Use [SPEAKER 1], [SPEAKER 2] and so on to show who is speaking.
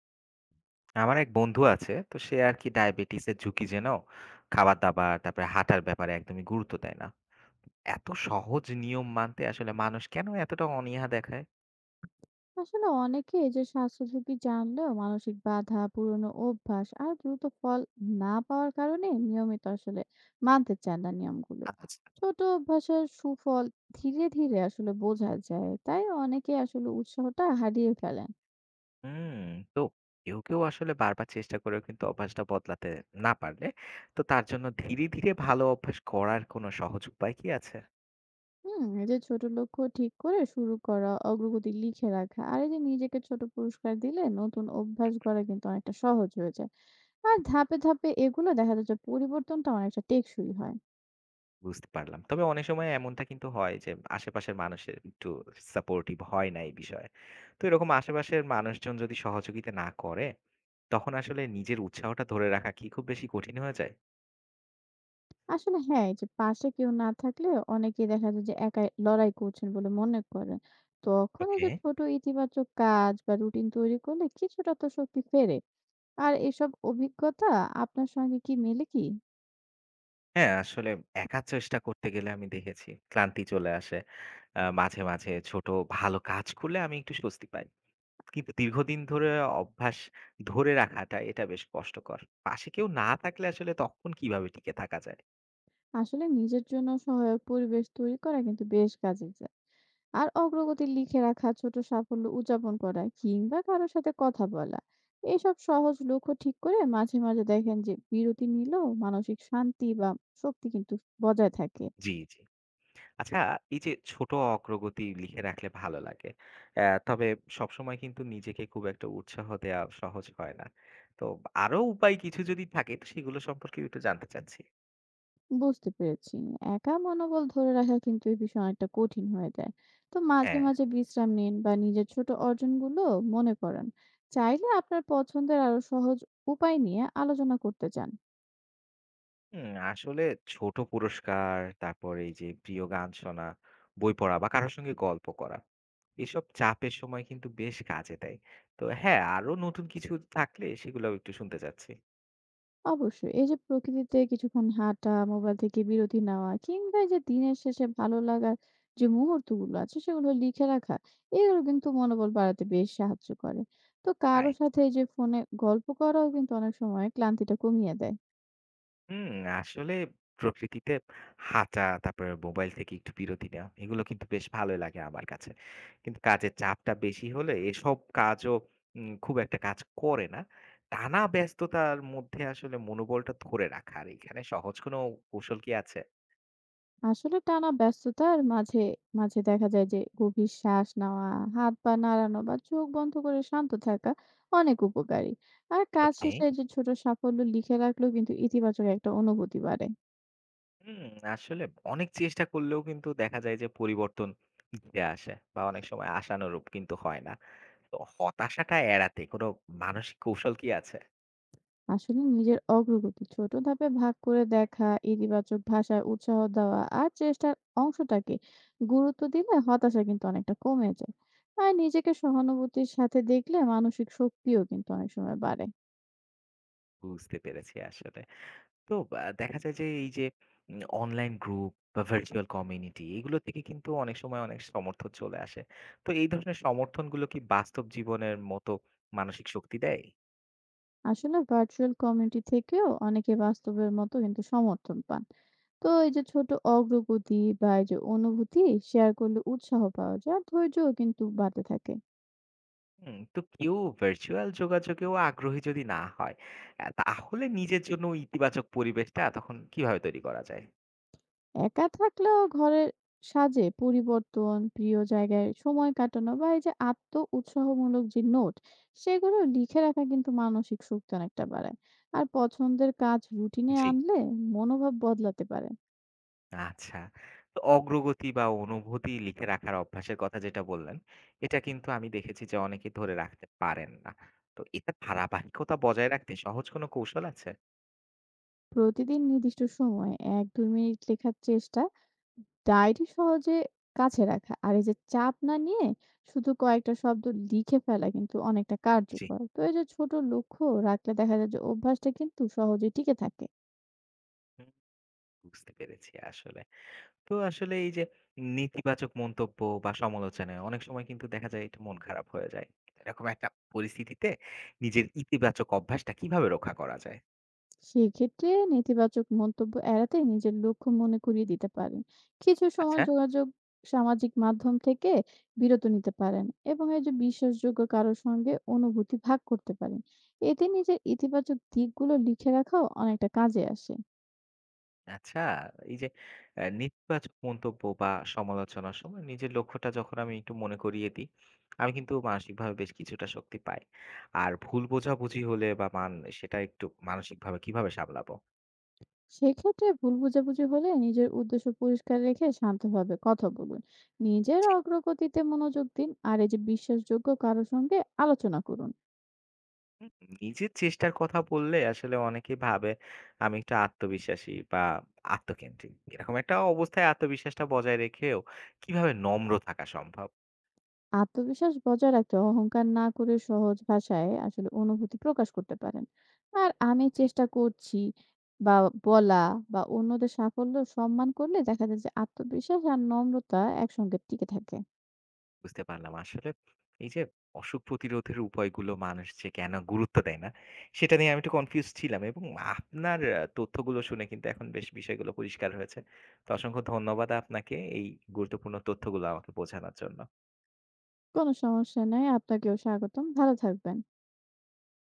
[SPEAKER 1] আমার এক বন্ধু আছে তো সে আর কি ডায়াবেটিসের ঝুঁকি যেন খাবার দাবার তারপরে হাঁটার ব্যাপারে একদমই গুরুত্ব দেয় না। এত সহজ নিয়ম মানতে আসলে মানুষ কেন এতটা অনীহা দেখায়?
[SPEAKER 2] আসলে অনেকে এই যে স্বাস্থ্য ঝুঁকি জানলেও মানসিক বাধা, পুরনো অভ্যাস আর দ্রুত ফল না পাওয়ার কারণে নিয়মিত আসলে মানতে চান না নিয়মগুলো।
[SPEAKER 1] আচ্ছা।
[SPEAKER 2] ছোট অভ্যাসের সুফল ধীরে ধীরে আসলে বোঝা যায়, তাই অনেকে আসলে উৎসাহটা হারিয়ে ফেলেন।
[SPEAKER 1] হুম। তো কেউ কেউ আসলে বারবার চেষ্টা করেও কিন্তু অভ্যাসটা বদলাতে না পারলে, তো তার জন্য ধীরে ধীরে ভালো অভ্যাস করার কোনো সহজ উপায় কি আছে?
[SPEAKER 2] হুম, এই যে ছোট লক্ষ্য ঠিক করে শুরু করা, অগ্রগতি লিখে রাখা আর এই যে নিজেকে ছোট পুরস্কার দিলে নতুন অভ্যাস গড়া কিন্তু অনেকটা সহজ হয়ে যায়। আর ধাপে ধাপে এগুলো দেখা যাচ্ছে, পরিবর্তনটা অনেকটা টেকসই হয়।
[SPEAKER 1] বুঝতে পারলাম। তবে অনেক সময় এমনটা কিন্তু হয় যে আশেপাশের মানুষের একটু সাপোর্টিভ হয় না এই বিষয়ে। তো এরকম আশেপাশের মানুষজন যদি সহযোগিতা না করে, তখন আসলে নিজের উৎসাহটা ধরে রাখা কি খুব বেশি কঠিন হয়ে যায়?
[SPEAKER 2] আসলে হ্যাঁ, এই যে পাশে কেউ না থাকলে অনেকেই দেখা যায় যে একাই লড়াই করছেন বলে মনে করেন। তখন এই
[SPEAKER 1] ওকে।
[SPEAKER 2] যে ছোট ইতিবাচক কাজ বা রুটিন তৈরি করলে কিছুটা তো শক্তি ফেরে। আর এসব অভিজ্ঞতা আপনার সঙ্গে কি মেলে কি?
[SPEAKER 1] হ্যাঁ, আসলে একা চেষ্টা করতে গেলে আমি দেখেছি ক্লান্তি চলে আসে। মাঝে, মাঝে ছোট ভালো কাজ করলে আমি একটু স্বস্তি পাই। কিন্তু দীর্ঘদিন ধরে অভ্যাস ধরে রাখাটা এটা বেশ কষ্টকর। পাশে কেউ না থাকলে আসলে তখন কিভাবে টিকে থাকা যায়?
[SPEAKER 2] আসলে নিজের জন্য সহায়ক পরিবেশ তৈরি করা কিন্তু বেশ কাজে যায়। আর অগ্রগতি লিখে রাখা, ছোট সাফল্য উদযাপন করা কিংবা কারো সাথে কথা বলা। এইসব সহজ লক্ষ্য ঠিক করে মাঝে, মাঝে দেখেন যে বিরতি নিলেও মানসিক শান্তি বা শক্তি কিন্তু বজায় থাকে।
[SPEAKER 1] জি, জি। আচ্ছা, এই যে ছোট অগ্রগতি লিখে রাখলে ভালো লাগে। তবে সবসময় কিন্তু নিজেকে খুব একটা উৎসাহ দেয়া সহজ হয় না। তো আরো উপায় কিছু যদি থাকে তো সেগুলো সম্পর্কে একটু জানতে চাচ্ছি।
[SPEAKER 2] বুঝতে পেরেছি। একা মনোবল ধরে রাখা কিন্তু এই বিষয়ে অনেকটা কঠিন হয়ে যায়। তো মাঝে,
[SPEAKER 1] হ্যাঁ,
[SPEAKER 2] মাঝে বিশ্রাম নিন বা নিজের ছোট অর্জনগুলো মনে করান। চাইলে আপনার পছন্দের আরো সহজ উপায় নিয়ে আলোচনা করতে চান।
[SPEAKER 1] হুম, আসলে ছোট পুরস্কার, তারপর এই যে প্রিয় গান শোনা, বই পড়া বা কারো সঙ্গে গল্প করা। এসব চাপের সময় কিন্তু বেশ কাজে দেয়। তো হ্যাঁ, আরো নতুন কিছু থাকলে সেগুলাও একটু শুনতে চাচ্ছি।
[SPEAKER 2] অবশ্যই এই যে প্রকৃতিতে কিছুক্ষণ হাঁটা, মোবাইল থেকে বিরতি নেওয়া কিংবা এই যে দিনের শেষে ভালো লাগার যে মুহূর্তগুলো আছে সেগুলো লিখে রাখা, এগুলো কিন্তু মনোবল বাড়াতে বেশ সাহায্য করে। তো কারো সাথে এই যে ফোনে গল্প করাও কিন্তু অনেক সময় ক্লান্তিটা কমিয়ে দেয়।
[SPEAKER 1] হুম, আসলে প্রকৃতিতে হাঁটা, তারপরে মোবাইল থেকে একটু বিরতি নেওয়া, এগুলো কিন্তু বেশ ভালোই লাগে আমার কাছে। কিন্তু কাজের চাপটা বেশি হলে এসব কাজও খুব একটা কাজ করে না। টানা ব্যস্ততার মধ্যে আসলে মনোবলটা ধরে রাখা, আর এখানে সহজ কোনো কৌশল কি আছে?
[SPEAKER 2] আসলে টানা ব্যস্ততার মাঝে মাঝে দেখা যায় যে গভীর শ্বাস নেওয়া, হাত পা নাড়ানো বা চোখ বন্ধ করে শান্ত থাকা অনেক উপকারী। আর কাজ
[SPEAKER 1] ওকে।
[SPEAKER 2] শেষে যে ছোট সাফল্য লিখে রাখলেও কিন্তু ইতিবাচক একটা অনুভূতি বাড়ে।
[SPEAKER 1] হুম, আসলে অনেক চেষ্টা করলেও কিন্তু দেখা যায় যে পরিবর্তন ধীরে আসে বা অনেক সময় আশানুরূপ কিন্তু হয় না। তো হতাশাটা এড়াতে কোনো মানসিক কৌশল কি আছে?
[SPEAKER 2] আসলে নিজের অগ্রগতি ছোট ধাপে ভাগ করে দেখা, ইতিবাচক ভাষায় উৎসাহ দেওয়া আর চেষ্টার অংশটাকে গুরুত্ব দিলে হতাশা কিন্তু অনেকটা কমে যায়। আর নিজেকে সহানুভূতির সাথে দেখলে মানসিক শক্তিও কিন্তু অনেক সময় বাড়ে।
[SPEAKER 1] বুঝতে পেরেছি আসলে। তো দেখা যায় যে এই যে অনলাইন গ্রুপ বা ভার্চুয়াল কমিউনিটি এগুলো থেকে কিন্তু অনেক সময় অনেক সমর্থন চলে আসে। তো এই ধরনের সমর্থনগুলো কি বাস্তব জীবনের মতো মানসিক শক্তি দেয়?
[SPEAKER 2] আসলে ভার্চুয়াল কমিউনিটি থেকেও অনেকে বাস্তবের মতো কিন্তু সমর্থন পান। তো এই যে ছোট অগ্রগতি বা এই যে অনুভূতি শেয়ার করলে উৎসাহ পাওয়া যায় আর ধৈর্যও কিন্তু বাড়তে থাকে।
[SPEAKER 1] হুম, তো কেউ ভার্চুয়াল যোগাযোগেও আগ্রহী যদি না হয়, তাহলে নিজের জন্য ইতিবাচক পরিবেশটা তখন কিভাবে তৈরি করা যায়?
[SPEAKER 2] একা থাকলেও ঘরের সাজে পরিবর্তন, প্রিয় জায়গায় সময় কাটানো বা এই যে আত্ম উৎসাহমূলক যে নোট সেগুলো লিখে রাখা কিন্তু মানসিক শক্তি অনেকটা বাড়ায়। আর পছন্দের কাজ রুটিনে
[SPEAKER 1] জি।
[SPEAKER 2] আনলে মনোভাব বদলাতে পারে।
[SPEAKER 1] আচ্ছা। তো অগ্রগতি বা অনুভূতি লিখে রাখার অভ্যাসের কথা যেটা বললেন, এটা কিন্তু আমি দেখেছি যে অনেকে ধরে রাখতে পারেন না। তো এটা ধারাবাহিকতা বজায় রাখতে সহজ কোনো কৌশল আছে?
[SPEAKER 2] প্রতিদিন নির্দিষ্ট সময়ে এক দুই মিনিট লেখার চেষ্টা, ডায়েরি সহজে কাছে রাখা আর এই যে চাপ না নিয়ে শুধু কয়েকটা শব্দ লিখে ফেলা কিন্তু অনেকটা
[SPEAKER 1] জি।
[SPEAKER 2] কার্যকর। তো এই যে ছোট লক্ষ্য রাখলে দেখা যায় যে অভ্যাসটা কিন্তু সহজে টিকে থাকে।
[SPEAKER 1] হুম, বুঝতে পেরেছি আসলে। তো আসলে এই যে নেতিবাচক মন্তব্য বা সমালোচনায় অনেক সময় কিন্তু দেখা যায় এটা মন খারাপ হয়ে যায়। এরকম একটা পরিস্থিতিতে নিজের ইতিবাচক অভ্যাসটা কিভাবে রক্ষা করা যায়?
[SPEAKER 2] সেক্ষেত্রে নেতিবাচক মন্তব্য এড়াতে নিজের লক্ষ্য মনে করিয়ে দিতে পারেন, কিছু সময়
[SPEAKER 1] আচ্ছা।
[SPEAKER 2] যোগাযোগ, সামাজিক মাধ্যম থেকে বিরত নিতে পারেন এবং এই যে বিশ্বাসযোগ্য কারোর সঙ্গে অনুভূতি ভাগ করতে পারেন। এতে নিজের ইতিবাচক দিকগুলো লিখে রাখাও অনেকটা কাজে আসে।
[SPEAKER 1] আচ্ছা, এই যে নেতিবাচক মন্তব্য বা সমালোচনার সময় নিজের লক্ষ্যটা যখন আমি একটু মনে করিয়ে দিই, আমি কিন্তু মানসিকভাবে বেশ কিছুটা শক্তি পাই। আর ভুল বোঝাবুঝি হলে বা মান সেটা একটু মানসিকভাবে কিভাবে সামলাবো?
[SPEAKER 2] সেক্ষেত্রে ভুল বোঝাবুঝি হলে নিজের উদ্দেশ্য পরিষ্কার রেখে শান্তভাবে কথা বলুন, নিজের
[SPEAKER 1] জি।
[SPEAKER 2] অগ্রগতিতে মনোযোগ দিন আর এই যে বিশ্বাসযোগ্য কারো সঙ্গে আলোচনা করুন।
[SPEAKER 1] হুম, নিজের চেষ্টার কথা বললে আসলে অনেকেই ভাবে আমি একটু আত্মবিশ্বাসী বা আত্মকেন্দ্রিক। এরকম একটা অবস্থায় আত্মবিশ্বাসটা বজায় রেখেও কিভাবে নম্র থাকা সম্ভব?
[SPEAKER 2] আত্মবিশ্বাস বজায় রাখতে অহংকার না করে সহজ ভাষায় আসলে অনুভূতি প্রকাশ করতে পারেন। আর আমি চেষ্টা করছি বা বলা বা অন্যদের সাফল্য সম্মান করলে দেখা যায় যে আত্মবিশ্বাস আর নম্রতা একসঙ্গে টিকে থাকে।
[SPEAKER 1] বুঝতে পারলাম। আসলে এই যে অসুখ প্রতিরোধের উপায়গুলো মানুষ যে কেন গুরুত্ব দেয় না, সেটা নিয়ে আমি একটু কনফিউজ ছিলাম এবং আপনার তথ্যগুলো শুনে কিন্তু এখন বেশ বিষয়গুলো পরিষ্কার হয়েছে। তো অসংখ্য ধন্যবাদ আপনাকে এই গুরুত্বপূর্ণ তথ্যগুলো আমাকে বোঝানোর জন্য।
[SPEAKER 2] কোনো সমস্যা নেই, আপনাকেও স্বাগতম, ভালো থাকবেন।